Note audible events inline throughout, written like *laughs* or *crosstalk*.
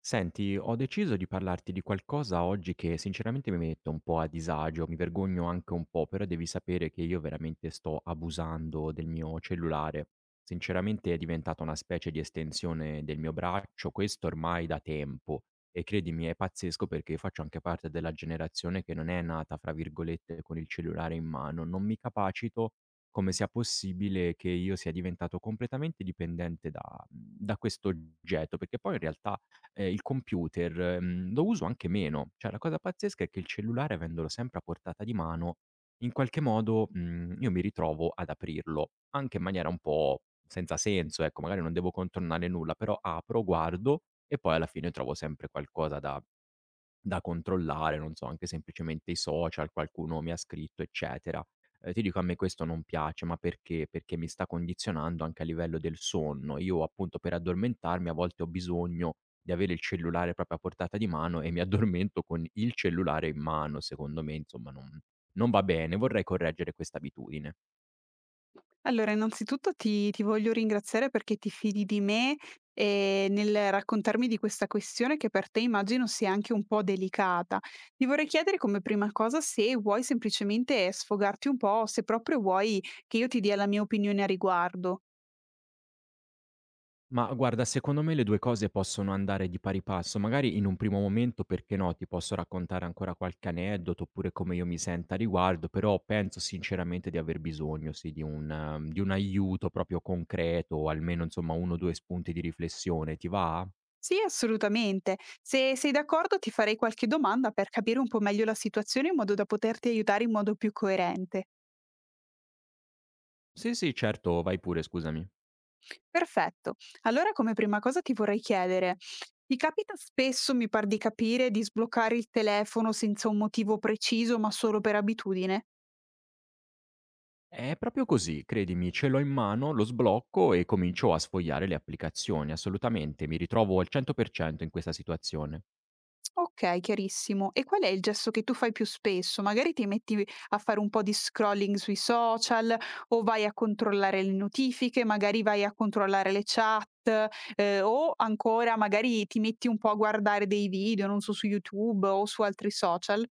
Senti, ho deciso di parlarti di qualcosa oggi che sinceramente mi mette un po' a disagio, mi vergogno anche un po', però devi sapere che io veramente sto abusando del mio cellulare. Sinceramente è diventata una specie di estensione del mio braccio, questo ormai da tempo. E credimi, è pazzesco perché faccio anche parte della generazione che non è nata, fra virgolette, con il cellulare in mano. Non mi capacito come sia possibile che io sia diventato completamente dipendente da questo oggetto, perché poi in realtà il computer, lo uso anche meno. Cioè, la cosa pazzesca è che il cellulare avendolo sempre a portata di mano, in qualche modo, io mi ritrovo ad aprirlo, anche in maniera un po' senza senso, ecco, magari non devo contornare nulla, però apro, guardo e poi alla fine trovo sempre qualcosa da controllare, non so, anche semplicemente i social, qualcuno mi ha scritto, eccetera. Ti dico a me questo non piace, ma perché? Perché mi sta condizionando anche a livello del sonno. Io appunto per addormentarmi a volte ho bisogno di avere il cellulare proprio a portata di mano e mi *laughs* addormento con il cellulare in mano, secondo me, insomma non va bene. Vorrei correggere questa abitudine. Allora, innanzitutto ti voglio ringraziare perché ti fidi di me, nel raccontarmi di questa questione che per te immagino sia anche un po' delicata. Ti vorrei chiedere come prima cosa se vuoi semplicemente sfogarti un po', o se proprio vuoi che io ti dia la mia opinione a riguardo. Ma guarda, secondo me le 2 cose possono andare di pari passo. Magari in un primo momento, perché no, ti posso raccontare ancora qualche aneddoto, oppure come io mi sento a riguardo, però penso sinceramente di aver bisogno, sì, di un aiuto proprio concreto, o almeno insomma 1 o 2 spunti di riflessione. Ti va? Sì, assolutamente. Se sei d'accordo ti farei qualche domanda per capire un po' meglio la situazione in modo da poterti aiutare in modo più coerente. Sì, sì, certo, vai pure, scusami. Perfetto. Allora come prima cosa ti vorrei chiedere, ti capita spesso, mi par di capire, di sbloccare il telefono senza un motivo preciso, ma solo per abitudine? È proprio così, credimi, ce l'ho in mano, lo sblocco e comincio a sfogliare le applicazioni. Assolutamente, mi ritrovo al 100% in questa situazione. Okay, chiarissimo. E qual è il gesto che tu fai più spesso? Magari ti metti a fare un po' di scrolling sui social o vai a controllare le notifiche, magari vai a controllare le chat, o ancora magari ti metti un po' a guardare dei video, non so, su YouTube o su altri social?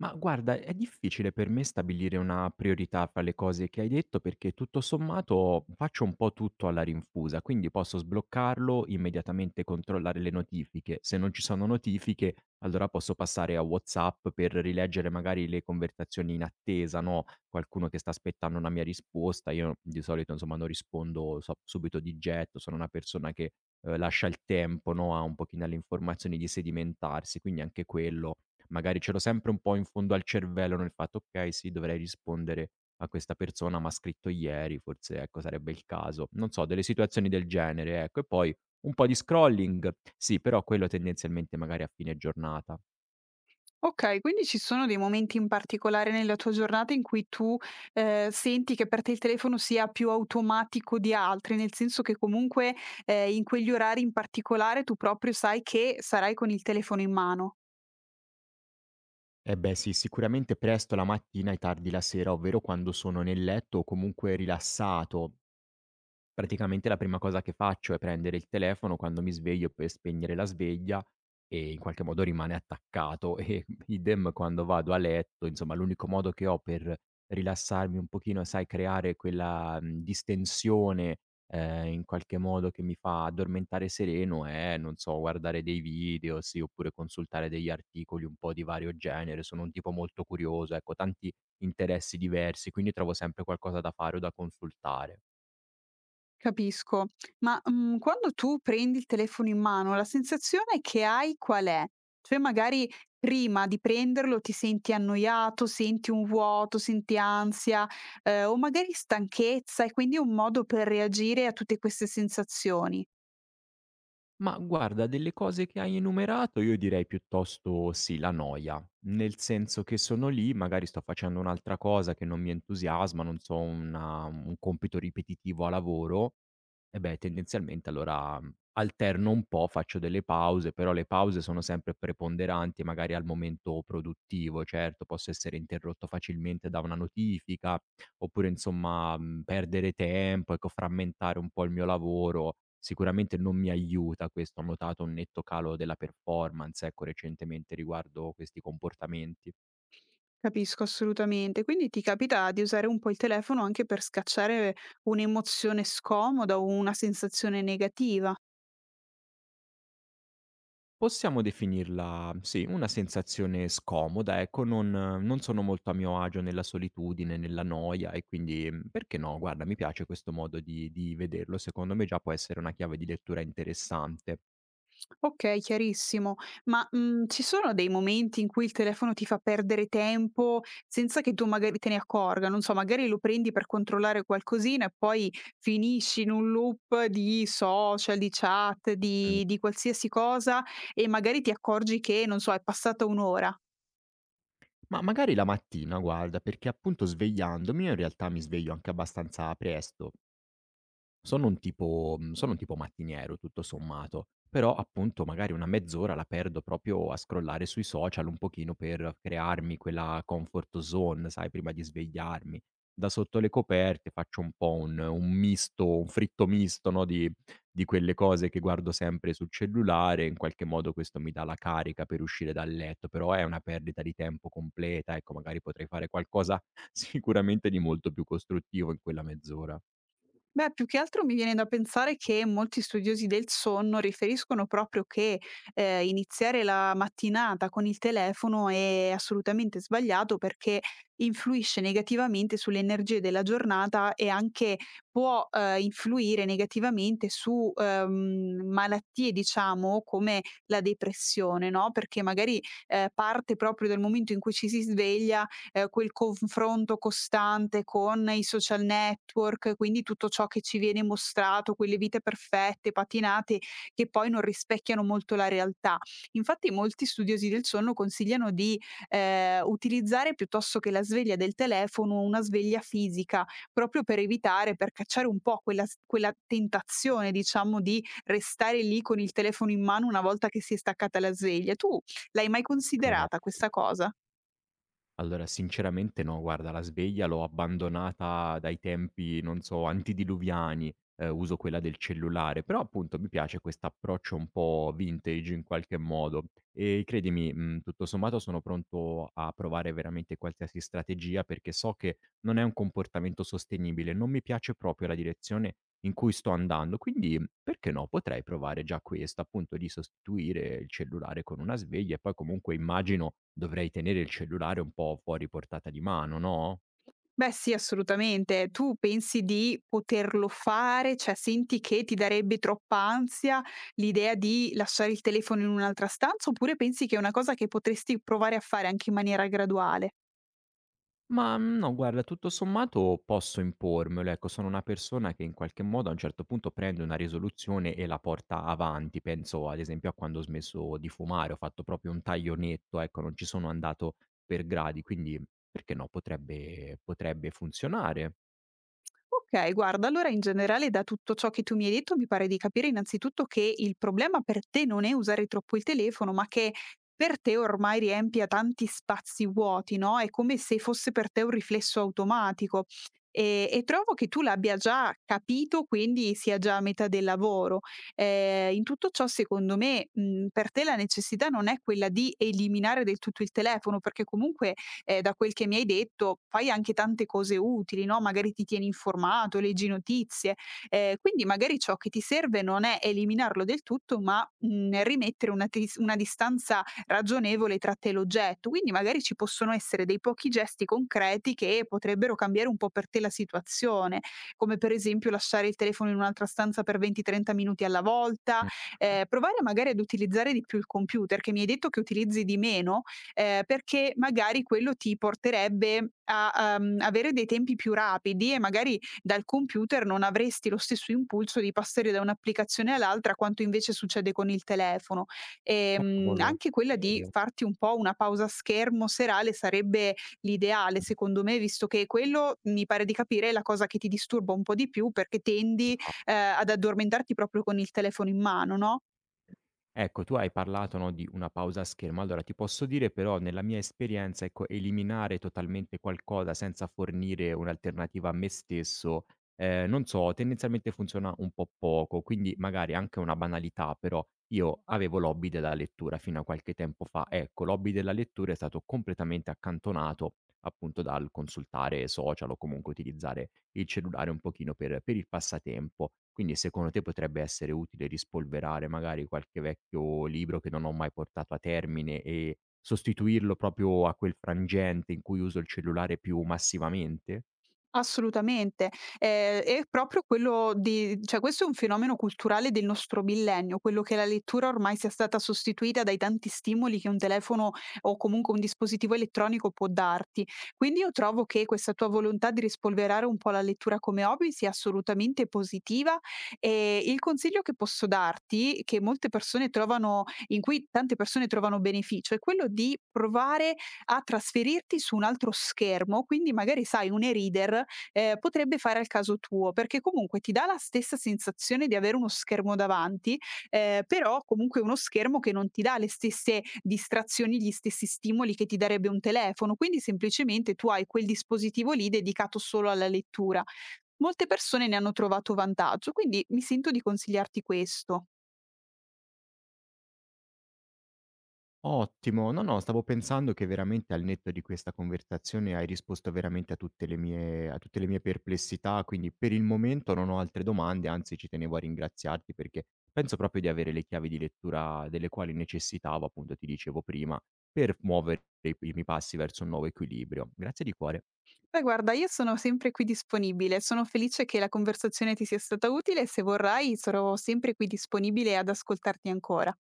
Ma guarda, è difficile per me stabilire una priorità fra le cose che hai detto perché tutto sommato faccio un po' tutto alla rinfusa, quindi posso sbloccarlo, immediatamente controllare le notifiche. Se non ci sono notifiche, allora posso passare a WhatsApp per rileggere magari le conversazioni in attesa, no? Qualcuno che sta aspettando una mia risposta, io di solito insomma non rispondo subito di getto, sono una persona che lascia il tempo, no? A un pochino alle informazioni di sedimentarsi, quindi anche quello magari ce l'ho sempre un po' in fondo al cervello nel fatto: "Okay, sì, dovrei rispondere a questa persona, m'ha scritto ieri, forse, ecco, sarebbe il caso". Non so, delle situazioni del genere, ecco. E poi un po' di scrolling, sì, però quello tendenzialmente magari a fine giornata. Okay, quindi ci sono dei momenti in particolare nella tua giornata in cui tu, senti che per te il telefono sia più automatico di altri, nel senso che comunque, in quegli orari in particolare tu proprio sai che sarai con il telefono in mano. Eh beh sì, sicuramente presto la mattina e tardi la sera, ovvero quando sono nel letto o comunque rilassato. Praticamente la prima cosa che faccio è prendere il telefono quando mi sveglio per spegnere la sveglia e in qualche modo rimane attaccato *laughs* e idem quando vado a letto, insomma l'unico modo che ho per rilassarmi un pochino, sai, creare quella, distensione, in qualche modo che mi fa addormentare sereno è, non so, guardare dei video, sì, oppure consultare degli articoli un po' di vario genere. Sono un tipo molto curioso, ecco, tanti interessi diversi, quindi trovo sempre qualcosa da fare o da consultare. Capisco. Ma, mhmm, quando tu prendi il telefono in mano, la sensazione che hai qual è? Cioè magari prima di prenderlo ti senti annoiato, senti un vuoto, senti ansia, o magari stanchezza e quindi è un modo per reagire a tutte queste sensazioni. Ma guarda, delle cose che hai enumerato io direi piuttosto sì, la noia. Nel senso che sono lì, magari sto facendo un'altra cosa che non mi entusiasma, non so, una un compito ripetitivo a lavoro, e beh, tendenzialmente allora alterno un po', faccio delle pause, però le pause sono sempre preponderanti magari al momento produttivo, certo, posso essere interrotto facilmente da una notifica, oppure insomma, perdere tempo, ecco, frammentare un po' il mio lavoro, sicuramente non mi aiuta questo. Ho notato un netto calo della performance, ecco, recentemente riguardo questi comportamenti. Capisco assolutamente. Quindi ti capita di usare un po' il telefono anche per scacciare un'emozione scomoda o una sensazione negativa? Possiamo definirla, sì, una sensazione scomoda, ecco, non sono molto a mio agio nella solitudine, nella noia e quindi, perché no, guarda, mi piace questo modo di vederlo, secondo me già può essere una chiave di lettura interessante. Okay, chiarissimo. Ma, mhmm, ci sono dei momenti in cui il telefono ti fa perdere tempo senza che tu magari te ne accorga? Non so, magari lo prendi per controllare qualcosina e poi finisci in un loop di social, di chat, di qualsiasi cosa e magari ti accorgi che, non so, è passata 1 ora. Ma magari la mattina guarda, perché appunto svegliandomi io in realtà mi sveglio anche abbastanza presto, sono un tipo mattiniero tutto sommato, però appunto magari una mezz'ora la perdo proprio a scrollare sui social un pochino per crearmi quella comfort zone, sai, prima di svegliarmi. Da sotto le coperte faccio un po' un misto un fritto misto, no, di quelle cose che guardo sempre sul cellulare, in qualche modo questo mi dà la carica per uscire dal letto, però è una perdita di tempo completa, ecco, magari potrei fare qualcosa *laughs* sicuramente di molto più costruttivo in quella mezz'ora. Beh, più che altro mi viene da pensare che molti studiosi del sonno riferiscono proprio che iniziare la mattinata con il telefono è assolutamente sbagliato perché influisce negativamente sulle energie della giornata e anche può influire negativamente su malattie, diciamo, come la depressione, no? Perché magari parte proprio dal momento in cui ci si sveglia quel confronto costante con i social network, quindi tutto ciò che ci viene mostrato, quelle vite perfette, patinate, che poi non rispecchiano molto la realtà. Infatti molti studiosi del sonno consigliano di, utilizzare piuttosto che la sveglia del telefono, una sveglia fisica, proprio per evitare per cacciare un po' quella tentazione, diciamo, di restare lì con il telefono in mano una volta che si è staccata la sveglia. Tu l'hai mai Okay. considerata questa cosa? Allora, sinceramente no, guarda, la sveglia l'ho abbandonata dai tempi, non so, antidiluviani, uso quella del cellulare, però appunto mi piace quest'approccio un po' vintage in qualche modo e credimi, tutto sommato sono pronto a provare veramente qualsiasi strategia perché so che non è un comportamento sostenibile, non mi piace proprio la direzione in cui sto andando, quindi perché no, potrei provare già questo, appunto di sostituire il cellulare con una sveglia e poi comunque immagino dovrei tenere il cellulare un po' fuori portata di mano, no? Beh sì, assolutamente. Tu pensi di poterlo fare? Cioè senti che ti darebbe troppa ansia l'idea di lasciare il telefono in un'altra stanza, oppure pensi che è una cosa che potresti provare a fare anche in maniera graduale? Ma, no guarda, tutto sommato posso impormelo, ecco, sono una persona che in qualche modo a un certo punto prende una risoluzione e la porta avanti. Penso ad esempio a quando ho smesso di fumare, ho fatto proprio un taglio netto, ecco, non ci sono andato per gradi, quindi perché no, potrebbe funzionare. Okay, guarda, allora in generale da tutto ciò che tu mi hai detto mi pare di capire innanzitutto che il problema per te non è usare troppo il telefono, ma che per te ormai riempia tanti spazi vuoti, no, è come se fosse per te un riflesso automatico. E trovo che tu l'abbia già capito, quindi sia già a metà del lavoro. In tutto ciò secondo me, mhmm, per te la necessità non è quella di eliminare del tutto il telefono, perché comunque da quel che mi hai detto fai anche tante cose utili, no, magari ti tieni informato, leggi notizie, quindi magari ciò che ti serve non è eliminarlo del tutto, ma, mhmm, rimettere una distanza ragionevole tra te e l'oggetto. Quindi magari ci possono essere dei pochi gesti concreti che potrebbero cambiare un po' per te la situazione, come per esempio lasciare il telefono in un'altra stanza per 20, 30 minuti alla volta, Mh. Provare magari ad utilizzare di più il computer, che mi hai detto che utilizzi di meno, perché magari quello ti porterebbe a, avere dei tempi più rapidi e magari dal computer non avresti lo stesso impulso di passare da un'applicazione all'altra quanto invece succede con il telefono. Cavolo, Anche quella di vero? farti un po' una pausa schermo serale sarebbe l'ideale Mh, secondo me, visto che quello, mi pare di capire, è la cosa che ti disturba un po' di più perché tendi, esa ad addormentarti proprio con il telefono in mano, no? Ecco, tu hai parlato, no, di una pausa a schermo. Allora ti posso dire però nella mia esperienza, ecco, eliminare totalmente qualcosa senza fornire un'alternativa a me stesso, non so, tendenzialmente funziona un po' poco, quindi magari anche una banalità, però io avevo l'hobby della lettura fino a qualche tempo fa. Ecco, l'hobby della lettura è stato completamente accantonato appunto dal consultare social o comunque utilizzare il cellulare un pochino per il passatempo. Quindi secondo te potrebbe essere utile rispolverare magari qualche vecchio libro che non ho mai portato a termine e sostituirlo proprio a quel frangente in cui uso il cellulare più massivamente? Assolutamente. È proprio quello di cioè questo è un fenomeno culturale del nostro millennio, quello che la lettura ormai sia stata sostituita dai tanti stimoli che un telefono o comunque un dispositivo elettronico può darti. Quindi io trovo che questa tua volontà di rispolverare un po' la lettura come hobby sia assolutamente positiva e il consiglio che posso darti, che molte persone trovano in cui tante persone trovano beneficio, è quello di provare a trasferirti su un altro schermo, quindi magari sai un e-reader potrebbe fare al caso tuo, perché comunque ti dà la stessa sensazione di avere uno schermo davanti, però comunque uno schermo che non ti dà le stesse distrazioni, gli stessi stimoli che ti darebbe un telefono, quindi semplicemente tu hai quel dispositivo lì dedicato solo alla lettura. Molte persone ne hanno trovato vantaggio, quindi mi sento di consigliarti questo. Ottimo. No, no, stavo pensando che veramente al netto di questa conversazione hai risposto veramente a tutte le mie perplessità, quindi per il momento non ho altre domande, anzi ci tenevo a ringraziarti perché penso proprio di avere le chiavi di lettura delle quali necessitavo, appunto ti dicevo prima, per muovere i primi passi verso un nuovo equilibrio. Grazie di cuore. Beh guarda, io sono sempre qui disponibile, sono felice che la conversazione ti sia stata utile e se vorrai sarò sempre qui disponibile ad ascoltarti ancora.